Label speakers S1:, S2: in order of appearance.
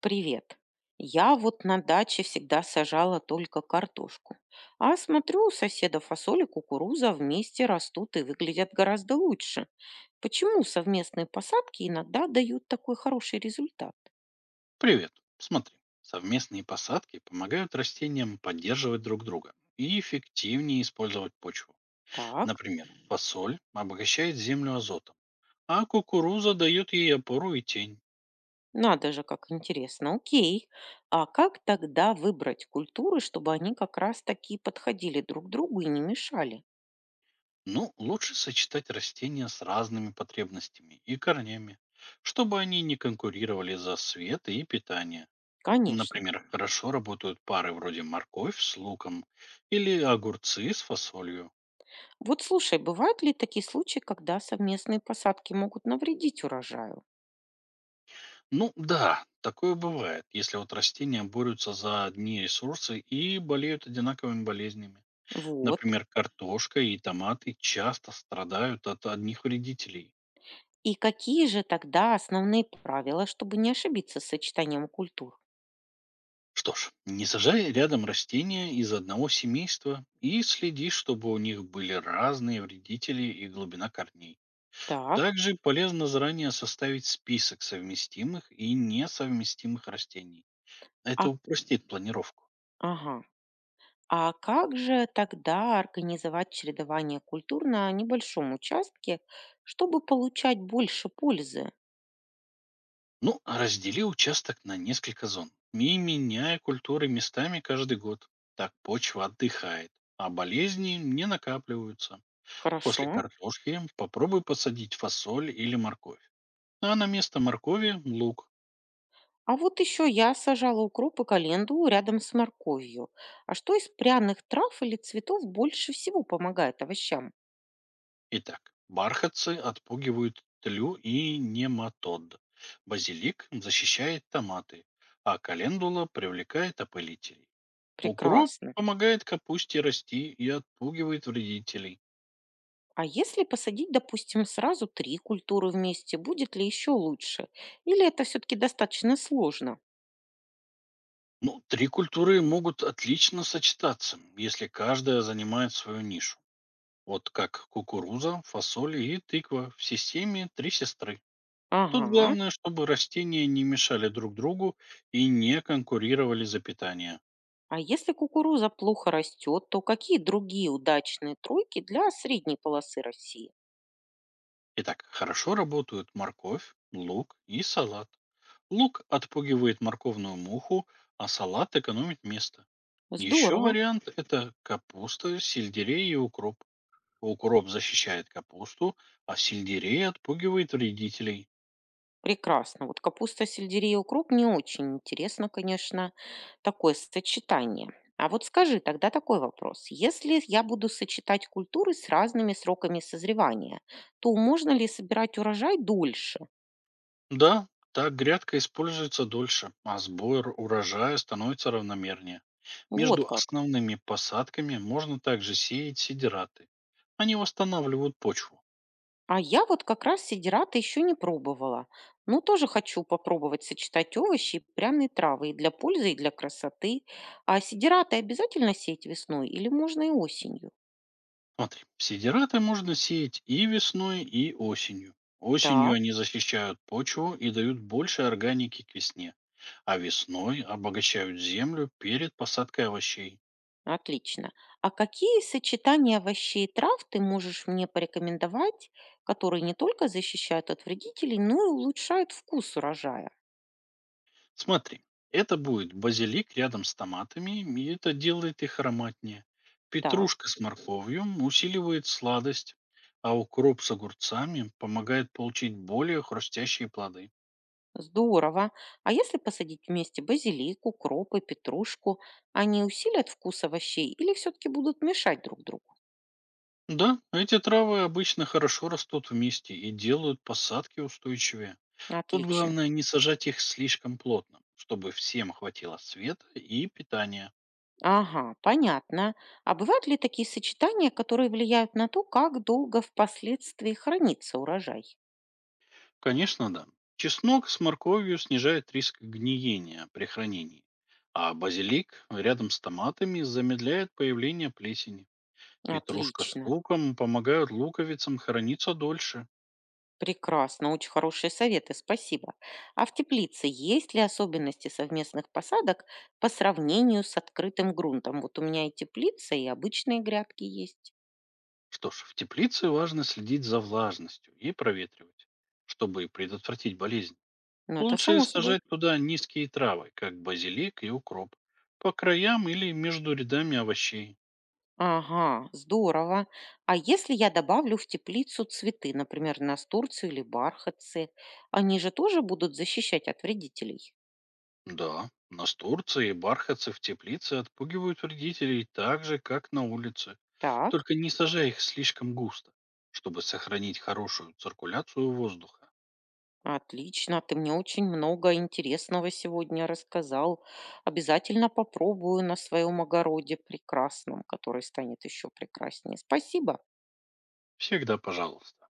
S1: Привет. Я вот на даче всегда сажала только картошку. А смотрю, у соседа фасоль и кукуруза вместе растут и выглядят гораздо лучше. Почему совместные посадки иногда дают такой хороший результат?
S2: Привет. Смотри, совместные посадки помогают растениям поддерживать друг друга и эффективнее использовать почву.
S1: Так,
S2: Например, фасоль обогащает землю азотом, а кукуруза дает ей опору и тень.
S1: надо же, как интересно. Окей. А как тогда выбрать культуры, чтобы они как раз таки подходили друг другу и не мешали?
S2: Ну, лучше сочетать растения с разными потребностями и корнями, чтобы они не конкурировали за свет и питание.
S1: Конечно.
S2: Например, хорошо работают пары вроде морковь с луком или огурцы с фасолью.
S1: Вот слушай, бывают ли такие случаи, когда совместные посадки могут навредить урожаю?
S2: Ну да, такое бывает, если вот растения борются за одни ресурсы и болеют одинаковыми болезнями.
S1: Вот.
S2: Например, картошка и томаты часто страдают от одних вредителей.
S1: И какие же тогда основные правила, чтобы не ошибиться с сочетанием культур?
S2: Что ж, не сажай рядом растения из одного семейства и следи, чтобы у них были разные вредители и глубина корней.
S1: Так,
S2: Также полезно заранее составить список совместимых и несовместимых растений. Это
S1: а,
S2: упростит планировку.
S1: ага. А как же тогда организовать чередование культур на небольшом участке, чтобы получать больше пользы?
S2: Ну, а раздели участок на несколько зон и меняя культуры местами каждый год. Так почва отдыхает, а болезни не накапливаются.
S1: Хорошо.
S2: После картошки попробуй посадить фасоль или морковь. А на место моркови– лук.
S1: А вот еще я сажала укроп и календулу рядом с морковью. А что из пряных трав или цветов больше всего помогает овощам?
S2: Итак, бархатцы отпугивают тлю и нематод. Базилик защищает томаты, а календула привлекает опылителей. Укроп
S1: Прекрасно.
S2: помогает капусте расти и отпугивает вредителей.
S1: А если посадить, допустим, сразу три культуры вместе, будет ли еще лучше? Или это все-таки достаточно сложно?
S2: Ну, три культуры могут отлично сочетаться, если каждая занимает свою нишу. Вот как кукуруза, фасоль и тыква в системе «Три сестры». Тут
S1: Ага.
S2: главное, чтобы растения не мешали друг другу и не конкурировали за питание.
S1: А если кукуруза плохо растет, то какие другие удачные тройки для средней полосы России?
S2: Итак, хорошо работают морковь, лук и салат. Лук отпугивает морковную муху, а салат экономит место. Еще
S1: Здорово.
S2: вариант– это капуста, сельдерей и укроп. Укроп защищает капусту, а сельдерей отпугивает вредителей.
S1: Прекрасно. Вот капуста, сельдерей и укроп не очень интересно, конечно, такое сочетание. А вот скажи тогда такой вопрос. Если я буду сочетать культуры с разными сроками созревания, то можно ли собирать урожай дольше?
S2: Да, так грядка используется дольше, а сбор урожая становится равномернее.
S1: Вот
S2: Между
S1: как.
S2: основными посадками можно также сеять сидираты. Они восстанавливают почву.
S1: А я вот как раз сидирата еще не пробовала. Но тоже хочу попробовать сочетать овощи и пряные травы и для пользы, и для красоты. А сидираты обязательно сеять весной или можно и осенью?
S2: Смотри, сидираты можно сеять и весной, и осенью. Осенью
S1: Так,
S2: они защищают почву и дают больше органики к весне, а весной обогащают землю перед посадкой овощей.
S1: отлично. А какие сочетания овощей и трав ты можешь мне порекомендовать, которые не только защищают от вредителей, но и улучшают вкус урожая?
S2: Смотри, это будет базилик рядом с томатами, и это делает их ароматнее.
S1: Так.
S2: Петрушка с морковью усиливает сладость, а укроп с огурцами помогает получить более хрустящие плоды.
S1: Здорово. А если посадить вместе базилик, укроп и петрушку, они усилят вкус овощей или все-таки будут мешать друг другу?
S2: Да, эти травы обычно хорошо растут вместе и делают посадки устойчивее. Тут
S1: Отлично.
S2: главное не сажать их слишком плотно, чтобы всем хватило света и питания.
S1: Ага, понятно. А бывают ли такие сочетания, которые влияют на то, как долго впоследствии хранится урожай?
S2: Конечно, да. Чеснок с морковью снижает риск гниения при хранении, а базилик рядом с томатами замедляет появление плесени. Петрушка с
S1: Отлично.
S2: луком помогают луковицам храниться дольше.
S1: Прекрасно, очень хорошие советы, спасибо. А в теплице есть ли особенности совместных посадок по сравнению с открытым грунтом? Вот у меня и теплица, и обычные грядки есть.
S2: Что ж, в теплице важно следить за влажностью и проветривать, чтобы предотвратить болезнь.
S1: Но это
S2: Лучше
S1: само собой.
S2: сажать туда низкие травы, как базилик и укроп, по краям или между рядами овощей.
S1: Ага, здорово. А если я добавлю в теплицу цветы, например, настурцию или бархатцы, они же тоже будут защищать от вредителей?
S2: Да, настурции и бархатцы в теплице отпугивают вредителей так же, как на улице.
S1: Так,
S2: Только не сажай их слишком густо, чтобы сохранить хорошую циркуляцию воздуха.
S1: отлично, ты мне очень много интересного сегодня рассказал. Обязательно попробую на своем огороде прекрасном, который станет еще прекраснее. Спасибо.
S2: Всегда пожалуйста.